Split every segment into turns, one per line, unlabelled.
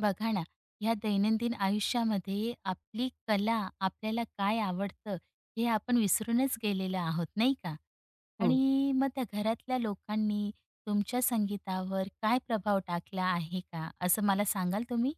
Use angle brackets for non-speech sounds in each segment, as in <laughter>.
बघा ना, ह्या दैनंदिन आयुष्यामध्ये आपली कला, आपल्याला काय आवडतं, हे आपण विसरूनच गेलेलो आहोत, नाही का?
हो.
आणि मग त्या घरातल्या लोकांनी तुमच्या संगीतावर काय प्रभाव टाकला आहे का? असं मला सांगाल तुम्ही?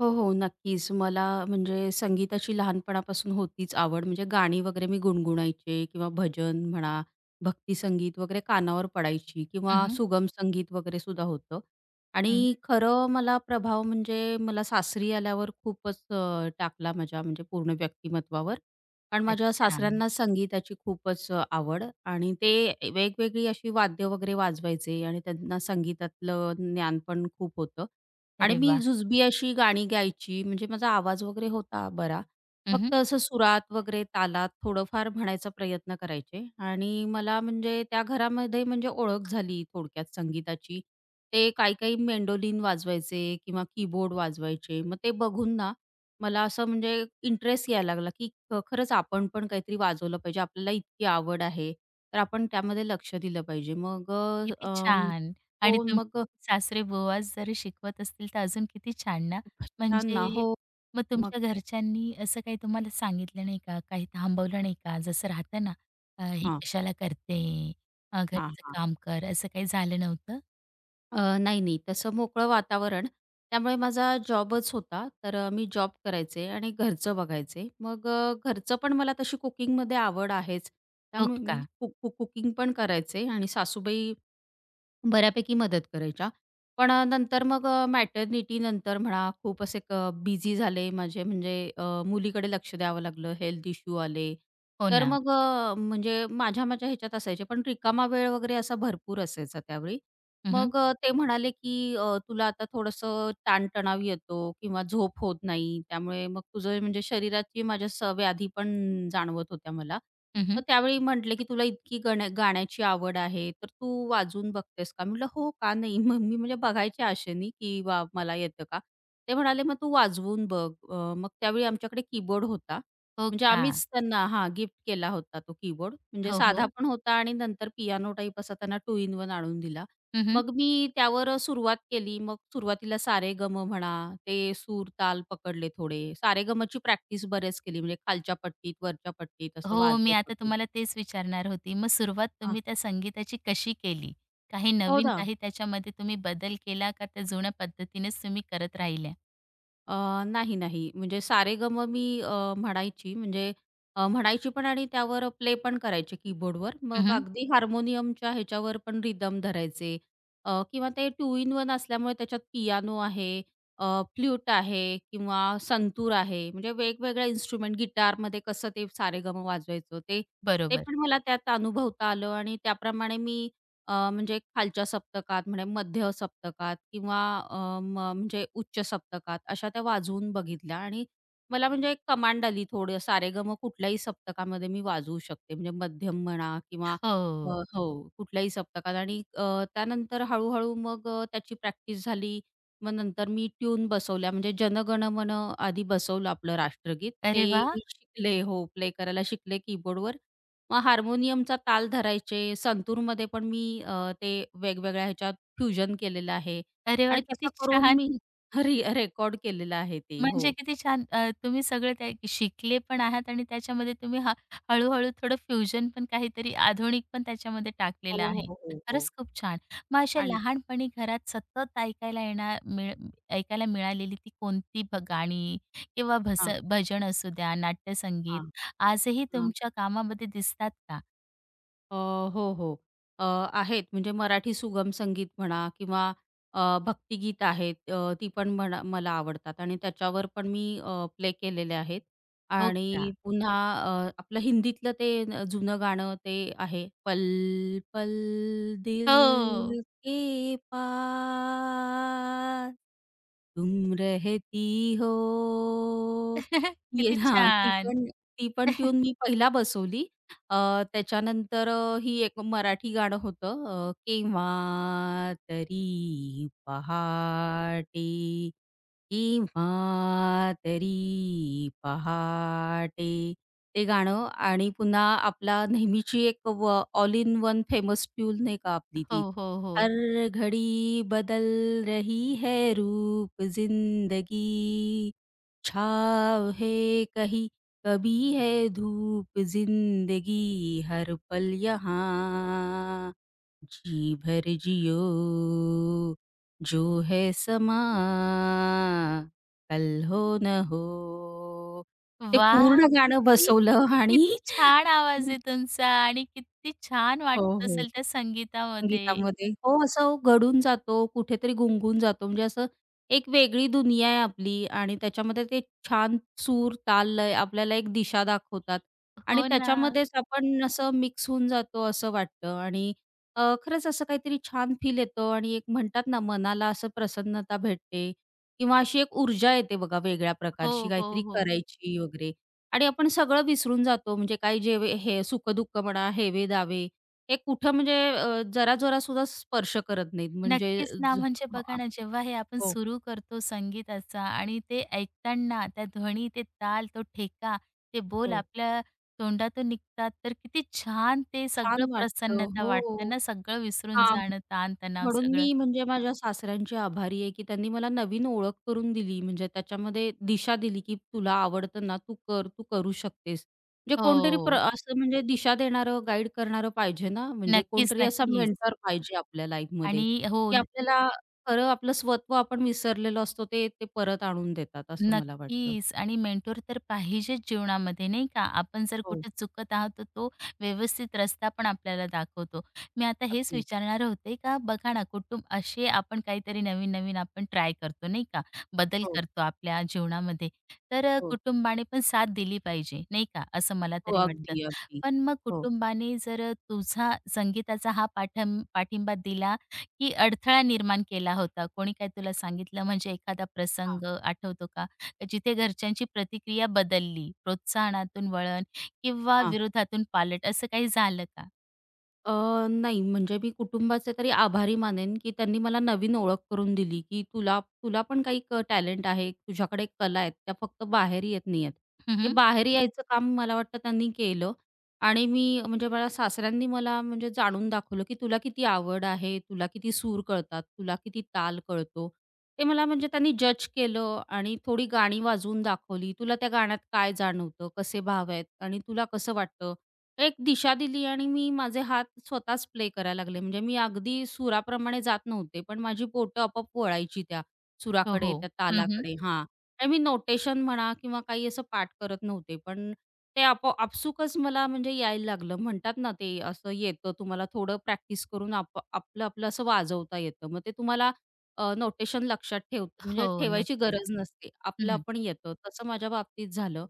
हो, हो. नक्कीच. मला म्हणजे संगीताची लहानपणापासून होतीच आवड. म्हणजे गाणी वगैरे मी गुणगुणायचे किंवा भजन म्हणा, भक्तिसंगीत वगैरे कानावर पडायची
हं,
किंवा
हं.
सुगम संगीत वगैरे सुद्धा होतं. आणि खरं मला प्रभाव म्हणजे मला सासरी आल्यावर खूपच टाकला माझ्या म्हणजे पूर्ण व्यक्तिमत्वावर. कारण माझ्या
अच्छा.
सासऱ्यांना संगीताची खूपच आवड आणि ते वेगवेगळी अशी वाद्य वगैरे वाजवायचे आणि त्यांना संगीतातलं ज्ञान पण खूप होतं. आणि
अरे
मी
वाह!
जुजबी अशी गाणी गायची, म्हणजे माझा आवाज वगैरे होता बरा. फक्त असं सुरात वगैरे तालात थोडंफार म्हणायचा प्रयत्न करायचे आणि मला म्हणजे त्या घरामध्ये म्हणजे ओळख झाली थोडक्यात संगीताची. ते काही-काही मेंडोलिन वाजवायचे किंवा कीबोर्ड वाजवायचे. मग ते बघून ना मला असं म्हणजे इंटरेस्ट यायला लागला, की खरंच आपण पण काहीतरी वाजवलं पाहिजे. आपल्याला इतकी आवड आहे, तर आपण त्यामध्ये लक्ष दिलं पाहिजे. मग
किती छान! आणि
हो,
तुमचे
मग
सासरे-बुवा जरी शिकवत असतील, तर अजून किती छान ना.
छान ना.
म्हणजे
हो,
मग
मग
तुमच्या घरच्यांनी असं काही तुम्हाला सांगितलं नाही का? काही थांबवलं नाही का? जसं राहतं ना, "हे
हां,
कशाला करते?
हां,
घरचं
हां.
काम कर." असं काही झालं नव्हतं?
अ, नाही, नाही तसं मोकळं वातावरण. त्यामुळे माझा जॉबच होता. तर मी जॉब करायचे आणि घरचं बघायचे. मग घरचं पण मला तशी कुकिंगमध्ये आवड आहेच.
हो
त्यामुळे
का?
मी कुकिंग पण करायचे आणि सासूबाई बऱ्यापैकी मदत करायच्या. पण नंतर नंतर म्हणा खूप असे बिझी झाले माझे म्हणजे मुलीकडे लक्ष द्यावं लागलं, हेल्थ इश्यू आले.
हो
तर
ना.
मग म्हणजे माझ्या माझ्या ह्याच्यात असायचे पण रिकामा वेळ वगैरे असा भरपूर असायचा त्यावेळी.
हं, हं.
मग ते म्हणाले, की "तुला आता थोडंसं ताणतणाव येतो किंवा झोप होत नाही त्यामुळे मग तुझं म्हणजे शरीराची माझ्या व्याधी पण जाणवत होत्या मला. मग त्यावेळी म्हटले, की "तुला इतकी गाण्याची आवड आहे, तर तू वाजवून बघतेस का?" म्हटलं, "हो, का नाही?" मग मी म्हणजे बघायच्या आशेने, की "वा, मला येतं का?" ते म्हणाले, "मग तू वाजवून बघ." मग त्यावेळी आमच्याकडे कीबोर्ड होता.
हो
म्हणजे
का?
आम्हीच त्यांना हां, गिफ्ट केला होता तो कीबोर्ड. म्हणजे
हो,
साधा
हो.
पण होता आणि नंतर पियानो टाइप असा त्यांना टू इन वन आणून दिला.
हं,
मग मी त्यावर सुरुवात केली. मग सुरुवातीला सारेगम म्हणा, ते सूर, ताल पकडले थोडे. सारेगमची प्रॅक्टिस बरेच केली. म्हणजे खालच्या पट्टीत, वरच्या पट्टीत असं
हो, मी
वाजवत
आता
होते.
तुम्हाला तेच विचारणार होती. मग सुरुवात
हां.
तुम्ही त्या संगीताची कशी केली? काही
हो
नवीन
ना.
काही त्याच्यामध्ये तुम्ही बदल केला का त्या जुन्या पद्धतीनेच तुम्ही करत राहिल्या?
अ, नाही, नाही. म्हणजे सारेगम मी म्हणायची म्हणजे म्हणायची पण आणि त्यावर प्ले पण करायचे कीबोर्डवर. मग
हं,
अगदी हार्मोनियमच्या ह्याच्यावर पण रिदम धरायचे किंवा ते टू इन वन असल्यामुळे त्याच्यात पियानो आहे, अ, फ्लूट आहे किंवा संतूर आहे. म्हणजे वेगवेगळ्या इन्स्ट्रुमेंट गिटारमध्ये कसं ते सारेगम वाजवायचं ते, ते
बरोबर.
पण मला त्यात अनुभवता आलं आणि त्याप्रमाणे मी म्हणजे खालच्या सप्तकात म्हणजे मध्य सप्तकात किंवा अ, म म्हणजे उच्च सप्तकात अशा त्या वाजवून बघितल्या आणि मला म्हणजे एक कमांड आली थोडं सारेगम कुठल्याही सप्तकामध्ये मी वाजवू शकते. म्हणजे मध्यम म्हणा किंवा अ,
हो.
हो, कुठल्याही सप्तकात आणि त्यानंतर हळू-हळू मग त्याची प्रॅक्टिस झाली. मग नंतर मी ट्यून बसवल्या म्हणजे जनगण मन आधी बसवलं आपलं राष्ट्रगीत.
अरे
ते
वा,
मी शिकले हो, प्ले करायला शिकले कीबोर्डवर मग हार्मोनियमचा ताल धरायचे. संतूरमध्ये पण मी ते वेगवेगळ्या ह्याच्यात फ्युजन केलेलं आहे
अरे वा,
आणि तसं
किती
करून
छान!
मी रेकॉर्ड केलेलं आहे ते.
म्हणजे
हो.
किती छान. तुम्ही सगळं ते शिकले पण आहात आणि त्याच्यामध्ये तुम्ही हळू-हळू थोडं फ्युजन पण काहीतरी आधुनिक पण त्याच्यामध्ये
हो,
टाकलेलं आहे.
हो, हो, हो.
खरंच खूप छान. मग अशा
आणि
लहानपणी घरात सतत ऐकायला येणार ऐकायला मिळालेली ती कोणती गाणी किंवा
हां,
भजन असू द्या, नाट्यसंगीत
हां,
आजही
हां.
तुमच्या कामामध्ये दिसतात का?
अ, हो, हो. अ, आहेत म्हणजे मराठी सुगम संगीत म्हणा किंवा अ, भक्तिगीत आहेत ती पण म्हणा मला आवडतात आणि त्याच्यावर पण मी प्ले केलेले आहेत.
हो का?
आणि पुन्हा आपलं हिंदीतलं ते जुनं गाणं ते आहे, पल पल
हो.
दिल के पार तुम रहती हो.
<laughs>
ये
किती
हां, ती
छान.
पण ती पण ट्यून मी पहिला बसवली. अ, त्याच्यानंतर ही एक मराठी गाणं होतं केव्हा तरी पहाटे, केव्हा तरी पहाटे. ते गाणं आणि पुन्हा आपला नेहमीची एक all in one famous tune नाही का आपली ती
हो, हो, हो.
हर घड़ी बदल रही है रूप जिंदगी छाँव है कहीं कभी है धूप जिंदगी हर पल यहाँ जी भर जियो जो है समा कल हो न हो. ते
वाह!
पूर्ण गाणं
किती
बसवलं आणि
किती छान आवाज आहे तुमचा आणि किती छान
हो,
वाटत
हो.
असेल त्या संगीतामध्ये.
संगीतामध्ये हो, असं घडून जातो, कुठेतरी गुंगून जातो. म्हणजे असं एक वेगळी दुनिया आहे आपली आणि त्याच्यामध्ये ते छान सूर, ताल, लय आपल्याला एक दिशा दाखवतात आणि
हो ना.
त्याच्यामध्येच आपण असं मिक्स होऊन जातो असं वाटतं आणि खरंच असं काहीतरी छान फील येतं आणि एक म्हणतात ना, मनाला असं प्रसन्नता भेटते किंवा अशी एक ऊर्जा येते बघा वेगळ्या प्रकारची
हो, हो,
काहीतरी
हो.
करायची वगैरे आणि आपण सगळं विसरून जातो. म्हणजे काही जे हे सुख-दुःख म्हणा, हेवे-दावे ते कुठं म्हणजे जरा-जरा सुद्धा स्पर्श करत नाहीत. म्हणजे
नक्कीच ना,
ज
म्हणजे
हो,
बघा ना, जेव्हा हे आपण
हो,
सुरू करतो संगीताचा आणि ते ऐकताना त्या ध्वनी, ते ताल, तो ठेका, ते बोल
हो.
आपल्या तोंडातून निघतात, तर किती छान ते सगळं
छान वाटतं.
प्रसन्नता वाटते
हो.
ना, सगळं विसरून
हां,
जाणं, ताण-तणाव
म्हणून
सगळं.
मी म्हणजे माझ्या सासऱ्यांची आभारी आहे, की त्यांनी मला नवीन ओळख करून दिली. म्हणजे त्याच्यामध्ये दिशा दिली, की तुला आवडतं ना, तू कर, तू करू शकतेस. म्हणजे कोणतरी
हो.
असं म्हणजे दिशा देणारं, गाईड करणारं पाहिजे ना, म्हणजे
नक्कीच,
कोणतरी असा
नक्कीच.
मेंटर पाहिजे आपल्या लाईफमध्ये,
आणि हो
की आपल्याला खरं आपलं स्वत्व आपण विसरलेलो असतो, ते ते परत आणून देतात, असं मला वाटतं.
नक्कीच आणि मेंटोर तर पाहिजेच जीवनामध्ये, नाही का? आपण जर
हो,
कुठे चुकत आहोत, तर तो व्यवस्थित रस्ता पण आपल्याला दाखवतो. मी आता हेच
अगदी.
विचारणार होते का बघा ना, कुटुंब असे आपण काहीतरी नवीन-नवीन आपण ट्राय करतो, नाही का? बदल
हो,
करतो आपल्या जीवनामध्ये. तर
हो.
कुटुंबाने पण साथ दिली पाहिजे, नाही का? असं मला
हो,
तरी वाटतं.
अगदी, अगदी.
पण मग
हो.
कुटुंबाने जर तुझा संगीताचा हा पाठिंबा दिला, की अडथळा निर्माण केला होता? कोणी काही तुला सांगितलं म्हणजे एखादा
हां,
प्रसंग आठवतो का? जिथे घरच्यांची प्रतिक्रिया बदलली, प्रोत्साहनातून वळण किंवा
हां,
विरोधातून पालट असं काही झालं का?
नाही, म्हणजे मी कुटुंबाचे तरी आभारी मानेन, की त्यांनी मला नवीन ओळख करून दिली, की तुला तुला पण काही टॅलेंट आहे, तुझ्याकडे कला आहेत, त्या फक्त बाहेर येत नाही आहेत. ते
हं,
बाहेर यायचं काम मला वाटतं त्यांनी केलं आणि मी म्हणजे मला सासऱ्यांनी मला म्हणजे जाणून दाखवलं, की तुला किती आवड आहे, तुला किती सूर कळतात, तुला किती ताल कळतो. ते मला म्हणजे त्यांनी जज केलं आणि थोडी गाणी वाजवून दाखवली. तुला त्या गाण्यात काय जाणवतं, कसे भाव आहेत आणि तुला कसं वाटतं? एक दिशा दिली आणि मी माझे हात स्वतःच प्ले करायला लागले. म्हणजे मी अगदी सुराप्रमाणे जात नव्हते, पण माझी बोटं आपोआप वळायची त्या
हो,
सुराकडे,
हो.
त्या
हं, हं.
तालाकडे हां. आणि मी नोटेशन म्हणा किंवा काही असं पाठ करत नव्हते, पण ते आपो आपसूकच मला म्हणजे यायला लागलं. म्हणतात ना, ते असं येतं तुम्हाला थोडं प्रॅक्टिस करून आपलं-आपलं असं वाजवता येतं. मग ते तुम्हाला नोटेशन लक्षात ठेव
हो,
म्हणजे ठेवायची गरज
नक्कीच.
नसते.
हं,
आपलं
हं.
आपण येतं. तसं माझ्या बाबतीत झालं.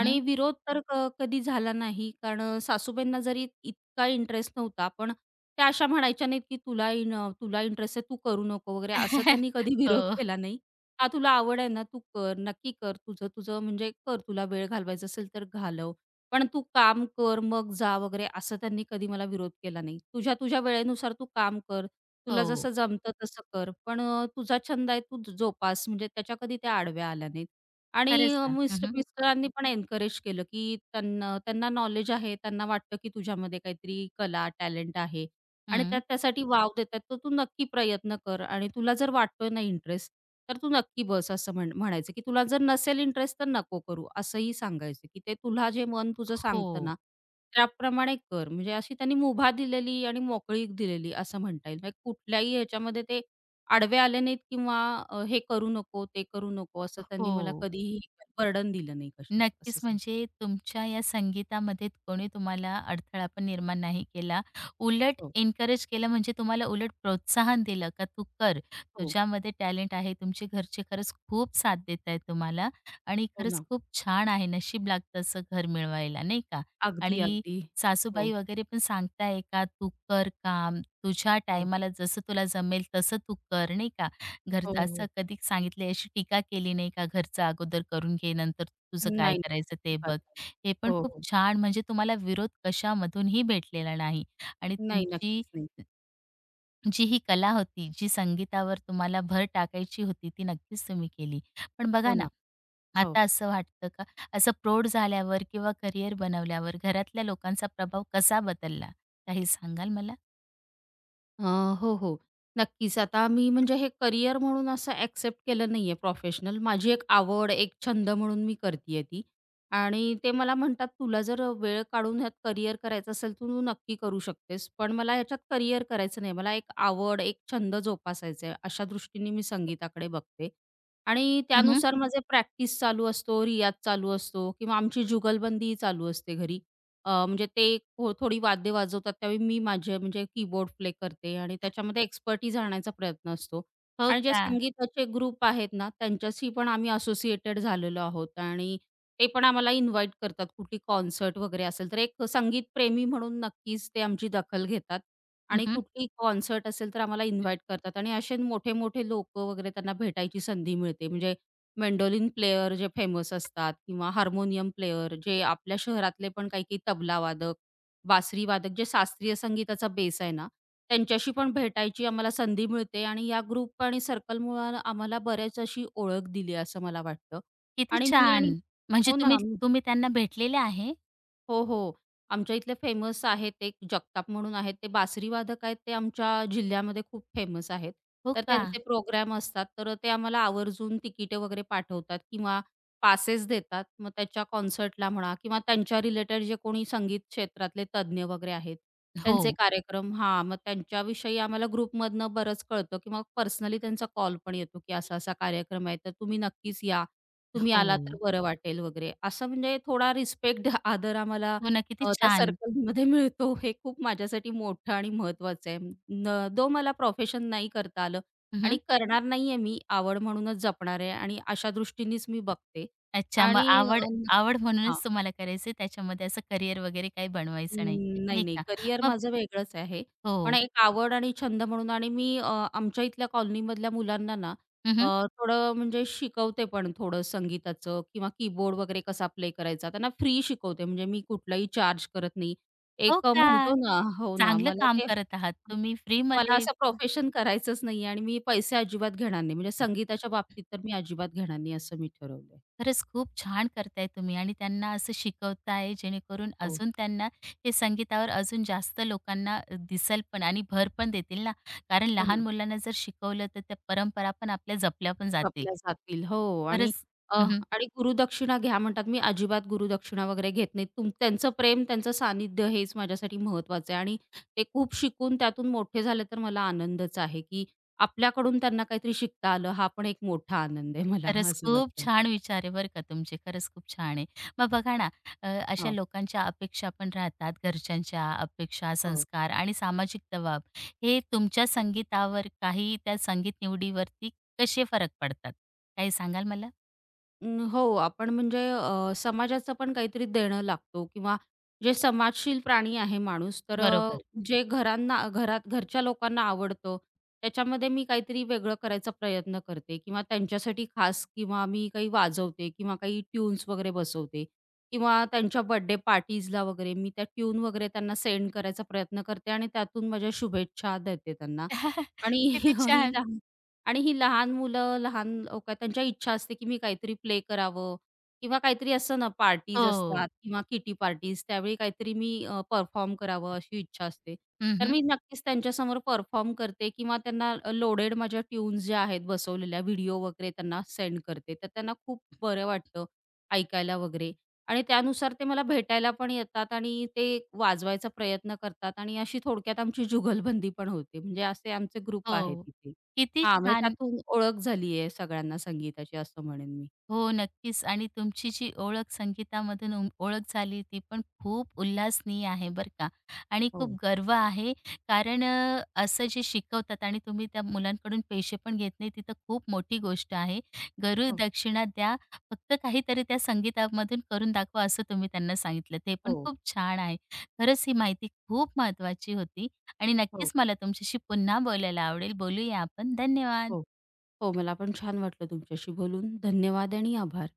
आणि विरोध तर कधी झाला नाही. कारण सासूबाईंना जरी इतका इंटरेस्ट नव्हता, पण त्या अशा म्हणायच्या नाहीत, की " तुला इंटरेस्ट आहे, तू करू नको" वगैरे असं
<laughs>
त्यांनी कधी <laughs> विरोध
हो,
केला नाही. "हा, तुला आवड आहे ना, तू कर, नक्की कर. तुझं तुझं म्हणजे कर, तुला वेळ घालवायचा असेल तर घालव. पण तू काम कर, मग जा" वगैरे असं त्यांनी कधी मला विरोध केला नाही. "तुझ्या तुझ्या वेळेनुसार तू काम कर, तुला
हो.
जसं जमतं तसं कर, पण तुझा छंद आहे, तू जोपास." म्हणजे त्याच्या कधी त्या आडव्या आल्या नाहीत. आणि
खरंच
अ,
ना.
मिस्ट
हं,
मिस्टरांनी पण एन्करेज केलं, की त्यांना त्यांना नॉलेज आहे. त्यांना वाटतं, की तुझ्यामध्ये काहीतरी कला, टॅलेंट आहे आणि त्यात
हं.
त्यासाठी वाव देतात. तर तू नक्की प्रयत्न कर आणि तुला जर वाटतोय ना इंटरेस्ट, तर तू नक्की बस असं म्हणायचं, की तुला जर नसेल इंटरेस्ट तर नको करू असंही सांगायचं, की ते तुला जे मन तुझं
हो.
सांगतं ना, त्याप्रमाणे कर. म्हणजे अशी त्यांनी मुभा दिलेली आणि मोकळीक दिलेली असं म्हणता येईल. म्हणजे कुठल्याही ह्याच्यामध्ये ते आडवे आले नाहीत किंवा हे करू नको, ते करू नको असं त्यांनी
हो.
मला कधीही बर्डन दिलं नाही कशाचं असं
नक्कीच,
सांग
म्हणजे तुमच्या या संगीतामध्ये कोणी तुम्हाला अडथळा पण निर्माण नाही केला. उलट
हो,
एन्करेज केलं म्हणजे तुम्हाला उलट प्रोत्साहन दिलं का तू कर.
हो,
तुझ्यामध्ये टॅलेंट आहे. तुमचे घरचे खरंच खूप साथ देत आहेत तुम्हाला आणि
हो
खरंच
ना.
खूप छान आहे. नशीब लागतं असं घर मिळवायला, नाही का?
अगदी,
आणि
अगदी. हो,
सासूबाई वगैरे पण सांगताय का तू कर काम. तुझ्या
हो,
टायमाला जसं तुला जमेल तसं तू कर, नाही का? घर
हो,
असं
हो.
कधी सांगितलं अशी टीका केली नाही का घरचं अगोदर करून घे नंतर तुझं काय
नाही.
करायचं ते
अजिबात
बघ.
नाही.
हे पण
हो,
खूप
हो.
छान म्हणजे तुम्हाला विरोध कशामधूनही भेटलेला नाही आणि
नाही,
तुमची
नक्कीच नाही.
जी ही कला होती, जी संगीतावर तुम्हाला भर टाकायची होती, ती नक्कीच तुम्ही केली. पण
हो
बघा ना,
ना. हो.
आता असं वाटतं का, असं प्रौढ झाल्यावर किंवा करिअर बनवल्यावर घरातल्या लोकांचा प्रभाव कसा बदलला? काही सांगाल मला?
अ, हो, हो. नक्कीच. आता मी म्हणजे हे करियर म्हणून असं ॲक्सेप्ट केलं नाहीये प्रोफेशनल. माझी एक आवड, एक छंद म्हणून मी करतीये ती आणि ते मला म्हणतात, "तुला जर वेळ काढून ह्यात करियर करायचं असेल, तर तू नक्की करू शकतेस." पण मला ह्याच्यात करियर करायचं नाही. मला एक आवड, एक छंद जोपासायचा आहे. अशा दृष्टीने मी संगीताकडे बघते आणि
हं,
त्यानुसार माझे प्रॅक्टिस चालू असतो, रियाज चालू असतो किंवा आमची जुगलबंदी चालू असते घरी. म्हणजे ते थोडी वाद्य वाजवतात त्यावेळी मी माझे म्हणजे कीबोर्ड प्ले करते आणि त्याच्यामध्ये एक्सपर्टीज आणायचा प्रयत्न असतो.
हो
आणि जे
का?
संगीताचे ग्रुप आहेत ना, त्यांच्याशी पण आम्ही असोसिएटेड झालेलो आहोत आणि ते पण आम्हाला इन्व्हाईट करतात कुठली कॉन्सर्ट वगैरे असेल तर एक संगीत प्रेमी म्हणून नक्कीच ते आमची दखल घेतात आणि
हं,
कुठली कॉन्सर्ट असेल तर आम्हाला इन्व्हाईट करतात आणि असे मोठे-मोठे लोकं वगैरे त्यांना भेटायची संधी मिळते. म्हणजे मेंडोलिन प्लेयर जे फेमस असतात किंवा हार्मोनियम प्लेयर जे आपल्या शहरातले पण काही-काही तबला वादक, बासरी वादक जे शास्त्रीय संगीताचा बेस आहे ना, त्यांच्याशी पण भेटायची आम्हाला संधी मिळते आणि या ग्रुप आणि सर्कलमुळं आम्हाला बऱ्याच अशी ओळख दिली असं मला वाटतं.
किती
आणि मी
छान!
आणि
म्हणजे
हो ना.
तुम्ही
आम्ही-
तुम्ही त्यांना भेटलेले आहे?
हो, हो. आमच्या इथले फेमस आहेत एक जगताप म्हणून आहेत. ते बासरी वादक आहेत. ते आमच्या जिल्ह्यामध्ये खूप फेमस आहेत.
हो
तर
का?
त्यांचे प्रोग्राम असतात. तर ते आम्हाला आवर्जून तिकिटे वगैरे पाठवतात किंवा पासेस देतात. मग त्याच्या कॉन्सर्टला म्हणा किंवा त्यांच्या रिलेटेड जे कोणी संगीत क्षेत्रातले तज्ञ वगैरे आहेत,
हो,
त्यांचे कार्यक्रम हां, मग त्यांच्याविषयी आम्हाला ग्रुपमधनं बरंच कळतं किंवा पर्सनली त्यांचा कॉल पण येतो, की असा-असा कार्यक्रम आहे, तर तुम्ही नक्कीच या. तुम्ही आला तर
हो.
बरं वाटेल वगैरे. असं म्हणजे थोडा रिस्पेक्ट, <laughs> आदर आम्हाला
हो ना, किती
त्या
छान.
सर्कलमध्ये मिळतो. हे खूप माझ्यासाठी मोठं आणि महत्त्वाचं आहे. दो मला प्रोफेशन नाही करता आलं आणि
हं,
करणार नाहीये मी, आवड म्हणूनच जपणार आहे आणि अशा दृष्टीनेच मी बघते.
अच्छा, मग
आणि
आवड आवड
हां.
म्हणूनच तुम्हाला करायचंय त्याच्यामध्ये असं करियर वगैरे काही बनवायचं नाही,
अं, नाही,
नाही
नाही.
का?
करिअर
मग
माझं वेगळंच आहे. पण
हो.
एक आवड आणि छंद म्हणून आणि मी आमच्या इथल्या कॉलनीमधल्या मुलांना ना अ,
हं,
थोडं म्हणजे शिकवते पण थोडं संगीताचं किंवा कीबोर्ड वगैरे कसा प्ले करायचा. त्यांना फ्री शिकवते म्हणजे मी कुठलाही चार्ज करत नाही.
हो
एक
का?
म्हणतो ना हो ना,
चांगलं
मला
काम
ते
करत आहात तुम्ही
मला
फ्रीमध्ये.
असं प्रोफेशन करायचंच नाहीये आणि मी पैसे अजिबात घेणार नाही. म्हणजे संगीताच्या बाबतीत तर मी अजिबात घेणार नाही असं मी ठरवलंय.
खरंच खूप छान करताय तुम्ही आणि त्यांना असं शिकवताय जेणेकरून
हो,
अजून त्यांना हे संगीतावर अजून जास्त लोकांना दिसेल पण आणि भर पण देतील ना. कारण
हो
लहान
ना.
मुलांना जर शिकवलं तर त्या परंपरा पण आपल्या जपल्या पण जातील.
जपल्या जातील. हो आणि
खरंच
अ,
हं,
आणि गुरुदक्षिणा घ्या म्हणतात. मी अजिबात गुरुदक्षिणा वगैरे घेत नाही. त्यांचं प्रेम, त्यांचं सानिध्य हेच माझ्यासाठी महत्त्वाचं आहे आणि ते खूप शिकून त्यातून मोठे झाले तर मला आनंदच आहे, की आपल्याकडून त्यांना काहीतरी शिकता आलं, हा पण एक मोठा आनंद आहे मला
खरंच
असं
खूप
वाटतं.
छान विचार आहे बरं का तुमचे. खरंच खूप छान आहे. मग बघा ना, अशा
हो,
लोकांच्या अपेक्षा पण राहतात, घरच्यांच्या अपेक्षा,
हो.
संस्कार आणि सामाजिक दबाव. हे तुमच्या संगीतावर काही त्या संगीत निवडीवरती कसे फरक पडतात? काही सांगाल मला?
अं, हो, आपण म्हणजे समाजाचं पण काहीतरी देणं लागतो किंवा जे समाजशील प्राणी आहे माणूस, तर
बरोबर.
जे घरांना घरात घरच्या लोकांना आवडतं, त्याच्यामध्ये मी काहीतरी वेगळं करायचा प्रयत्न करते किंवा त्यांच्यासाठी खास किंवा मी काही वाजवते किंवा काही ट्यून्स वगैरे बसवते किंवा त्यांच्या बर्थडे पार्टीजला वगैरे मी त्या ट्यून वगैरे त्यांना सेंड करायचा प्रयत्न करते आणि त्यातून माझ्या शुभेच्छा देते त्यांना
<laughs>
आणि
किती
<laughs> ही
छान.
आणि ही लहान मुलं, लहान लोकं त्यांच्या इच्छा असते, की मी काहीतरी प्ले करावं किंवा काहीतरी असतं ना पार्टीज
हो.
असतात किंवा किटी पार्टीज त्यावेळी काहीतरी मी परफॉर्म करावं अशी इच्छा असते. तर
हं,
मी नक्कीच त्यांच्यासमोर परफॉर्म करते किंवा त्यांना लोडेड माझ्या ट्यून्स ज्या आहेत बसवलेल्या व्हिडिओ वगैरे त्यांना सेंड करते. तर त्यांना खूप बरं वाटतं ऐकायला वगैरे आणि त्यानुसार ते मला भेटायला पण येतात आणि ते वाजवायचा प्रयत्न करतात आणि अशी थोडक्यात आमची जुगलबंदी पण होते. म्हणजे असे आमचे ग्रुप आहेत
हो.
इथे.
किती
हां, म्हणजे
छान
त्यातून ओळख झाली आहे सगळ्यांना संगीताची असं म्हणेन मी.
हो, नक्कीच आणि तुमची जी ओळख संगीतामधून ओळख झाली, ती पण खूप उल्हासनीय आहे बरं का आणि खूप
हो,
गर्व आहे. कारण असं जे शिकवतात आणि तुम्ही त्या मुलांकडून पैसे पण घेत नाही, ती तर खूप मोठी गोष्ट आहे.
हो,
गुरुदक्षिणा द्या, फक्त काहीतरी त्या संगीतामधून करून दाखवा, असं तुम्ही त्यांना सांगितलं. ते पण
हो,
खूप छान आहे. खरंच ही माहिती खूप महत्त्वाची होती आणि
हो,
नक्कीच मला तुमच्याशी पुन्हा बोलायला आवडेल. बोलूया आपण. धन्यवाद.
हो, हो. मला पण छान वाटलं तुमच्याशी बोलून. धन्यवाद आणि आभार.